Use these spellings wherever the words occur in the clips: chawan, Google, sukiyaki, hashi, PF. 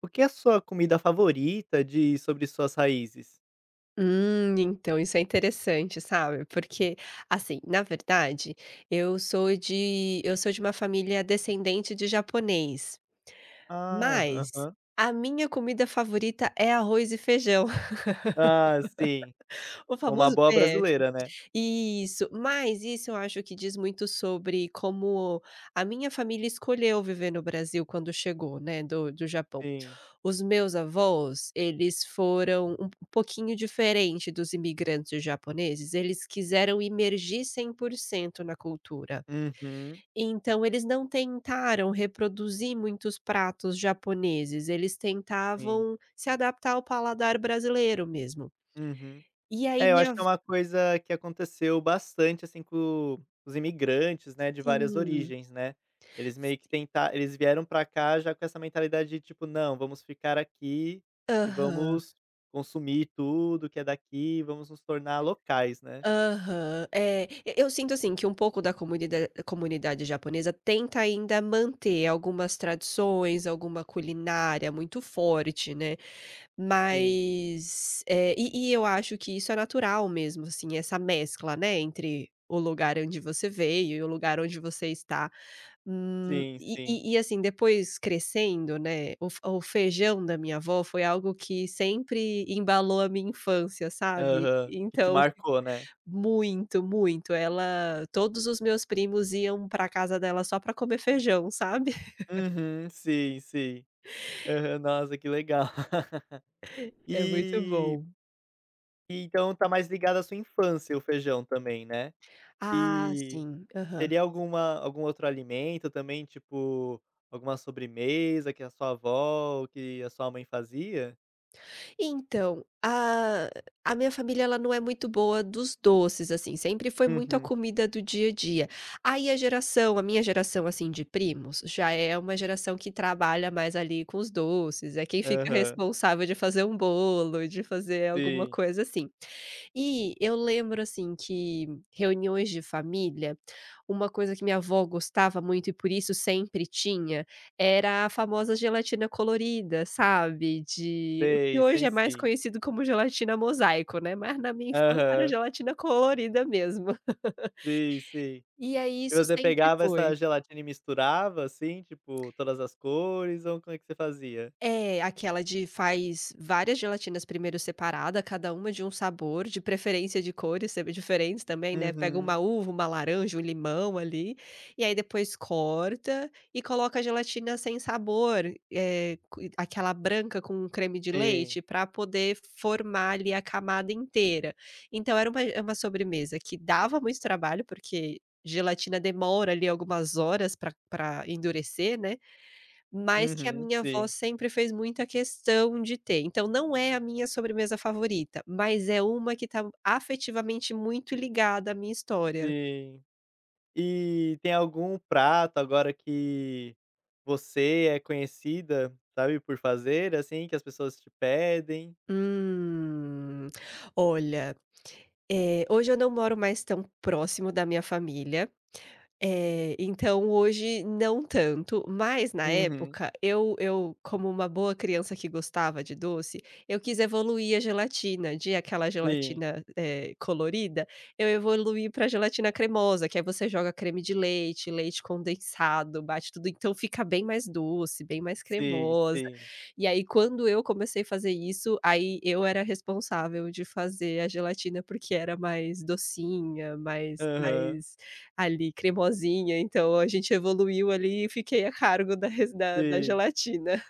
O que é a sua comida favorita? Diz sobre suas raízes. Então isso é interessante, sabe, porque, assim, na verdade, eu sou de uma família descendente de japonês, Ah, mas aham. a minha comida favorita é arroz e feijão, Ah, sim. o Uma famoso boa PF. brasileira, né? Isso, mas isso eu acho que diz muito sobre como a minha família escolheu viver no Brasil quando chegou, né, do Japão. Sim. Os meus avós, eles foram um pouquinho diferente dos imigrantes japoneses, eles quiseram imergir 100% na cultura. Uhum. Então eles não tentaram reproduzir muitos pratos japoneses, eles Sim. tentavam se adaptar ao paladar brasileiro mesmo. Uhum. E aí É, eu acho minha que é v uma coisa que aconteceu bastante, assim, com os imigrantes, né, de várias sim. origens, né? Eles meio que tentaram. Eles vieram pra cá já com essa mentalidade de tipo: "Não, vamos ficar aqui e Aham. vamos consumir tudo que é daqui, vamos nos tornar locais", né? Aham, é, e eu sinto assim que um pouco da comunidade japonesa tenta ainda manter algumas tradições, alguma culinária muito forte, né, Sim. mas, e eu acho que isso é natural mesmo, assim, essa mescla, né, entre o lugar onde você veio e o lugar onde você está. Hum, Sim, e sim. e e assim, depois crescendo, né, o feijão da minha avó foi algo que sempre embalou a minha infância, sabe. Aham, que te Então marcou, né? muito, muito. Ela Todos os meus primos iam pra casa dela só pra comer feijão, sabe. Uhum, sim, sim. Aham, nossa, que legal. É muito E bom. e então tá mais ligado à sua infância o feijão também, né? Ah, E sim. Aham. teria algum outro alimento também, tipo, alguma sobremesa que a sua avó ou que a sua mãe fazia? Então, a minha família, ela não é muito boa dos doces, assim, sempre foi muito a Uhum. comida do dia a dia. Aí a minha geração, assim, de primos, já é uma geração que trabalha mais ali com os doces, é quem fica Aham, responsável de fazer um bolo, de fazer alguma sim. coisa assim. E eu lembro, assim, que reuniões de família, uma coisa que minha avó gostava muito e por isso sempre tinha, era a famosa gelatina colorida, sabe, de o que Sei, hoje sei é mais sim. conhecido como gelatina mosaico, né, mas na minha infância era Aham, gelatina colorida mesmo. sim, sim. E aí E isso você sempre pegava foi. essa gelatina e misturava, assim, tipo, todas as cores ou como é que você fazia? É, aquela de faz várias gelatinas primeiro separada, cada uma de um sabor, de preferência de cores se diferentes também, né, pega uma Uhum. uva, uma laranja, um limão ali, e aí depois corta e coloca a gelatina sem sabor, é co aquela branca com creme de Sim. leite para poder formar ali a camada inteira. Então era uma é uma sobremesa que dava muito trabalho, porque gelatina demora ali algumas horas para pra endurecer, né. Mas que a Uhum. minha avó Sim, sempre fez muita questão de ter. Então não é a minha sobremesa favorita, mas é uma que está afetivamente muito ligada à minha história. sim. E tem algum prato agora que você é conhecida, sabe, por fazer, assim, que as pessoas te pedem? Hum, Olha, hoje eu não moro mais tão próximo da minha família. É, então hoje não tanto, mas na Uhum. época eu, como uma boa criança que gostava de doce, eu quis evoluir a gelatina, de aquela Sim, gelatina, colorida, eu evoluí para gelatina cremosa, que aí você joga creme de leite, leite condensado, bate tudo, então fica bem mais doce, bem mais sim, cremosa. sim. E aí quando eu comecei a fazer isso, aí eu era responsável de fazer a gelatina, porque era mais docinha, mais Aham. mais ali, cremosinha, então a gente evoluiu ali e fiquei a cargo da res da da Sim. gelatina.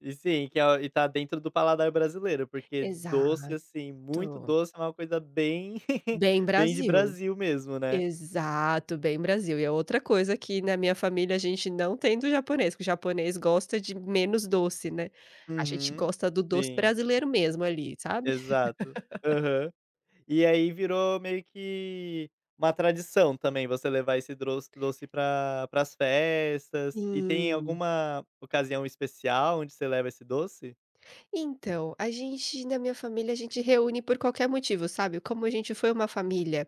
E sim, que é e tá dentro do paladar brasileiro, porque doce, Exato. assim, muito doce é uma coisa bem Bem bem de Brasil. Brasil mesmo, né? Exato, bem Brasil. E é outra coisa que na minha família a gente não tem do japonês, porque o japonês gosta de menos doce, né. A gente Uhum. gosta do doce Sim, brasileiro mesmo ali, sabe. exato. Aham. E aí virou meio que uma tradição também você levar esse doce pra para as festas. E tem Sim. alguma ocasião especial onde você leva esse doce? Então, a gente na minha família, a gente reúne por qualquer motivo, sabe. Como a gente foi uma família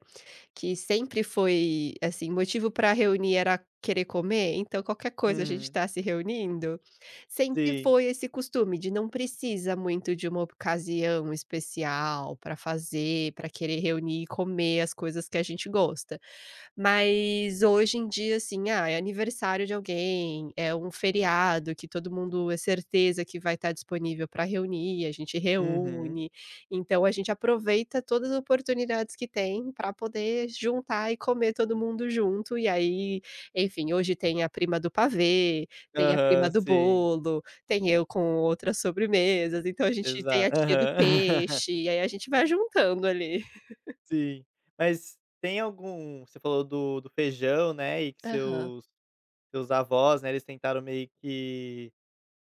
que sempre foi, assim, motivo para reunir era querer comer, então qualquer coisa a gente Uhum. está se reunindo, sempre Sim. foi esse costume de não precisa muito de uma ocasião especial para fazer, para querer reunir e comer as coisas que a gente gosta. Mas hoje em dia, assim, ah, é aniversário de alguém, é um feriado que todo mundo é certeza que vai estar disponível para reunir, a gente Uhum. reúne. Então a gente aproveita todas as oportunidades que tem para poder juntar e comer todo mundo junto, e aí, enfim, hoje tem a prima do pavê, tem a prima Aham, do sim. bolo, tem eu com outras sobremesas, então a gente tem a Exato, tia do aham. peixe, e aí a gente vai juntando ali. Sim. Mas tem algum você falou do feijão, né, e que Aham. seus avós, né, eles tentaram meio que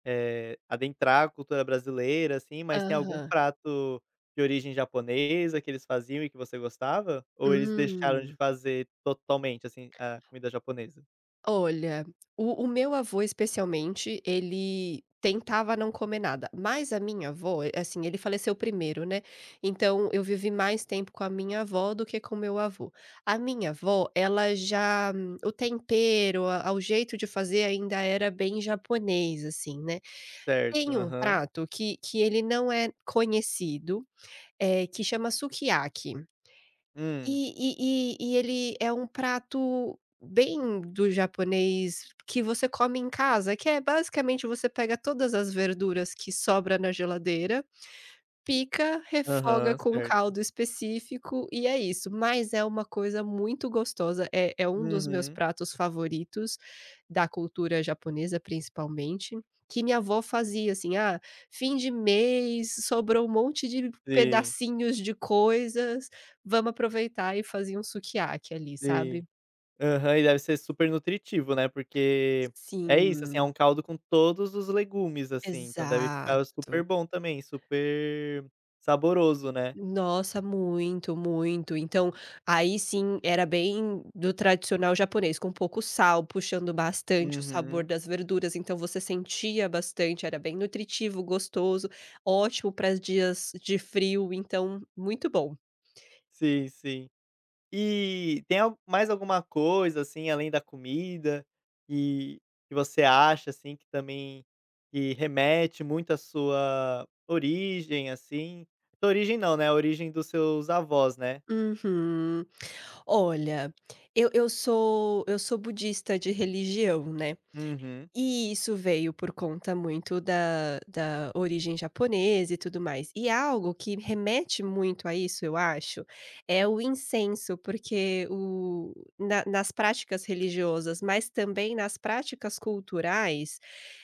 Adentrar a cultura brasileira, assim, mas tem algum Aham. prato de origem japonesa que eles faziam e que você gostava? Ou eles deixaram de Hum. fazer totalmente, assim, a comida japonesa? Olha, o meu avô especialmente, ele tentava não comer nada, mas a minha avó, assim, ele faleceu primeiro, né, então eu vivi mais tempo com a minha avó do que com meu avô. A minha avó, ela já o tempero, a o jeito de fazer ainda era bem japonês, assim, né. Certo, Tem um aham. prato que ele não é conhecido, que chama sukiyaki. Hum. E ele é um prato bem do japonês que você come em casa, que é basicamente você pega todas as verduras que sobra na geladeira, pica, refoga Aham, com um certo. caldo específico e é isso, mas é uma coisa muito gostosa, é um dos meus Uhum. pratos favoritos, da cultura japonesa principalmente, que minha avó fazia assim: "Ah, fim de mês, sobrou um monte de Sim, pedacinhos de coisas, vamos aproveitar", e fazia um sukiyaki ali, sim. sabe. Aham, e deve ser super nutritivo, né, porque é isso, assim, é Sim, um caldo com todos os legumes, assim, então deve ficar super exato. bom também, super saboroso, né? Nossa, muito, muito. Então, aí sim era bem do tradicional japonês, com pouco sal, puxando bastante o sabor Uhum. das verduras, então você sentia bastante, era bem nutritivo, gostoso, ótimo para dias de frio, então muito bom. Sim, sim. E tem al mais alguma coisa, assim, além da comida, que que você acha, assim, que também que remete muito à sua origem, assim? Sua origem não, né, a origem dos seus avós, né? Uhum. Olha, eu sou budista de religião, né. Uhum. E isso veio por conta muito da origem japonesa e tudo mais. E algo que remete muito a isso, eu acho, é o incenso, porque o na nas práticas religiosas, mas também nas práticas culturais,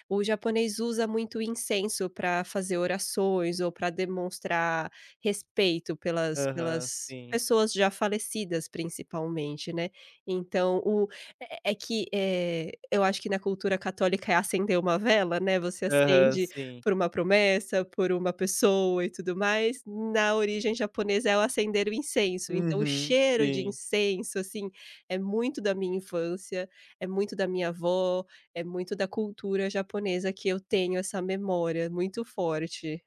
o japonês usa muito incenso para fazer orações ou para demonstrar respeito pelas Aham, pelas sim. pessoas já falecidas, principalmente, né. Então o é é que, eh, eu acho que na cultura católica é acender uma vela, né, você Aham, acende sim. por uma promessa, por uma pessoa e tudo mais. Na origem japonesa é o acender o incenso, então o Uhum, cheiro de sim. incenso, assim, é muito da minha infância, é muito da minha avó, é muito da cultura japonesa que eu tenho essa memória muito forte.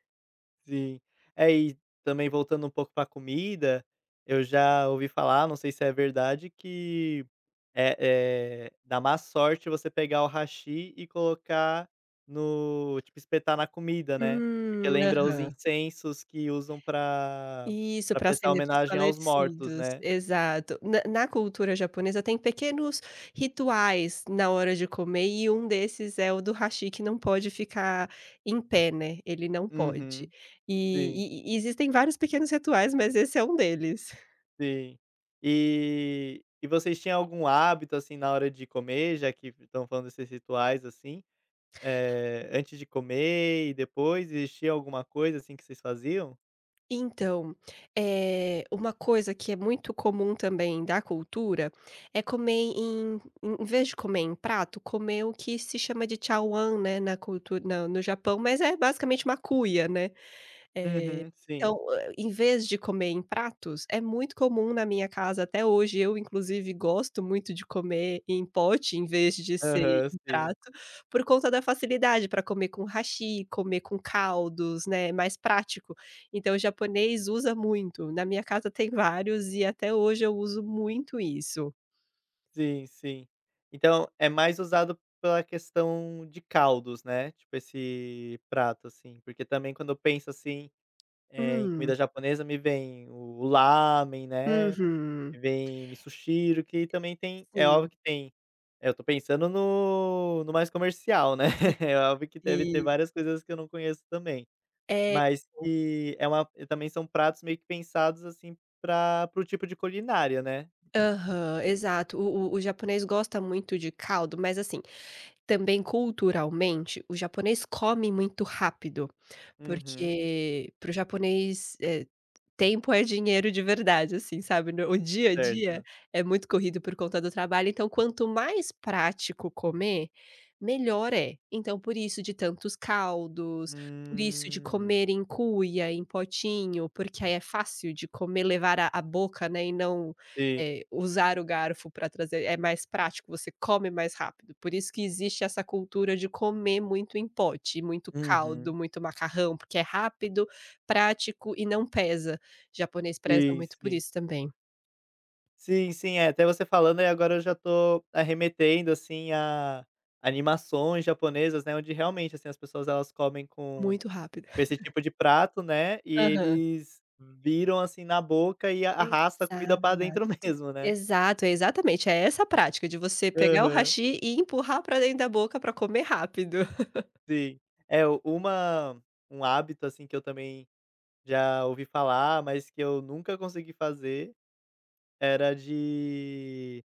Sim. É, e também voltando um pouco pra comida, eu já ouvi falar, não sei se é verdade, que é dá má sorte você pegar o hashi e colocar no tipo, espetar na comida, né, porque lembra os Aham. incensos que usam pra Isso, pra para prestar acender para os homenagem aos mortos, falecidos, né? exato. Na cultura japonesa tem pequenos rituais na hora de comer e um desses é o do hashi que não pode ficar em pé, né, ele não pode. Uhum. Sim, E existem vários pequenos rituais, mas esse é um deles. sim. E vocês tinham algum hábito, assim, na hora de comer, já que estão falando desses rituais, assim, antes de comer e depois, existia alguma coisa, assim, que vocês faziam? Então, uma coisa que é muito comum também da cultura é comer em vez de comer em prato, comer o que se chama de chawan, né, na cultura no Japão, mas é basicamente uma cuia, né. Uhum, Então, sim. Em vez de comer em pratos, é muito comum na minha casa até hoje, eu inclusive gosto muito de comer em pote em vez de ser Aham, em sim. prato, por conta da facilidade para comer com hashi, comer com caldos, né, é mais prático. Então o japonês usa muito, na minha casa tem vários e até hoje eu uso muito isso. Sim, sim. Então, é mais usado pela questão de caldos, né, tipo esse prato, assim, porque também quando eu penso, assim, em comida Hum, japonesa me vem o lamen, né, uhum, me vem misoshiro, que também tem é sim, óbvio que tem eu tô pensando no mais comercial, né, é óbvio que deve ter e várias coisas que eu não conheço também. é, Mas que é uma também são pratos meio que pensados, assim, pra para o tipo de culinária, né? aham, exato. O japonês gosta muito de caldo, mas assim, também culturalmente, o japonês come muito rápido, Uhum. porque para o japonês, tempo é dinheiro de verdade, assim, sabe, no o dia a dia Certo. é muito corrido por conta do trabalho, então quanto mais prático comer, melhor é. Então por isso de tantos caldos, por isso de Hum. comer em cuia, em potinho, porque aí é fácil de comer, levar a à boca, né, e não Sim. é, usar o garfo para trazer é mais prático, você come mais rápido. Por isso que existe essa cultura de comer muito em pote, muito caldo, Uhum. muito macarrão, porque é rápido, prático e não pesa. Japonês preza Sim, muito por sim. isso também. Sim, sim, é, até você falando, aí agora eu já tô arremetendo, assim, a animações japonesas, né, onde realmente, assim, as pessoas elas comem com Muito rápido. com esse tipo de prato, né, e Aham. eles viram, assim, na boca e arrasta a comida pra dentro Exato. mesmo, né? Exato, é exatamente, é essa prática de você pegar o Aham. hashi e empurrar para dentro da boca para comer rápido. Sim. É, u- uma um hábito, assim, que eu também já ouvi falar, mas que eu nunca consegui fazer, era de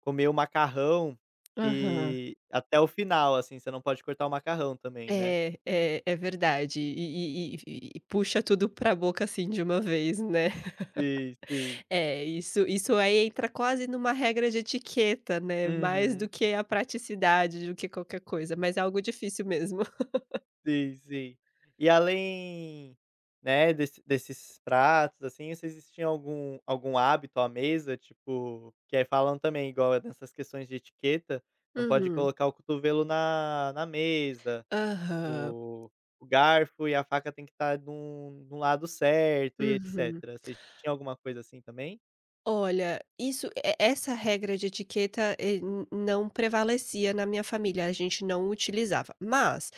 comer o macarrão Aham. e até o final, assim, você não pode cortar o macarrão também, né? É verdade. E puxa tudo pra boca, assim, de uma vez, né. Sim, sim. É, isso aí entra quase numa regra de etiqueta, né, mais do Uhum. que a praticidade, do que qualquer coisa, mas é algo difícil mesmo. Sim, sim. E além, né, desses pratos, assim, vocês tinham algum hábito à mesa, tipo que aí falam também, igual nessas questões de etiqueta, não pode Uhum. colocar o cotovelo na mesa, Aham. o o garfo e a faca tem que estar num lado certo e Uhum. etcétera. Vocês tinham alguma coisa assim também? Olha, isso e essa regra de etiqueta, n não prevalecia na minha família, a gente não utilizava. Mas,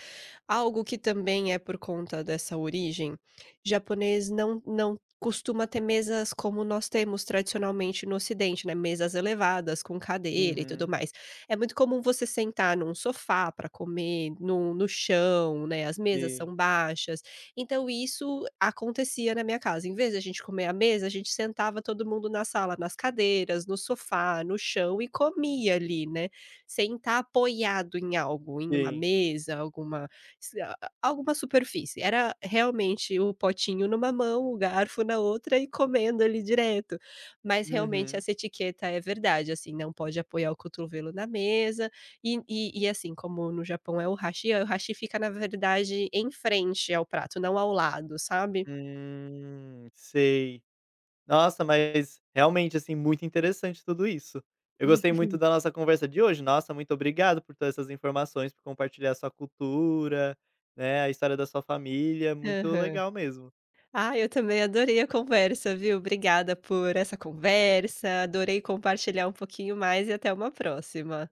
algo que também é por conta dessa origem, japonês não costuma ter mesas como nós temos tradicionalmente no ocidente, né, mesas elevadas com cadeira e tudo Uhum. mais. É muito comum você sentar num sofá para comer, no chão, né, as mesas Sim, são baixas. Então isso acontecia na minha casa. Em vez da gente comer à mesa, a gente sentava todo mundo na sala, nas cadeiras, no sofá, no chão e comia ali, né, sem tá apoiado em algo, em uma sim. mesa, alguma se a a- alguma superfície. Era realmente o potinho numa mão, o garfo na outra e comendo ali direto. Mas realmente Uhum. essa etiqueta é verdade, assim, não pode apoiar o cotovelo na mesa, e assim, como no Japão é, o hashi fica, na verdade, em frente ao prato, não ao lado, sabe. Sei. Nossa, mas realmente, assim, muito interessante tudo isso. Eu gostei muito da nossa conversa de hoje. Nossa, muito obrigado por todas essas informações, por compartilhar a sua cultura, né, a história da sua família. Muito Aham. legal mesmo. Ah, eu também adorei a conversa, viu. Obrigada por essa conversa, adorei compartilhar um pouquinho mais e até uma próxima.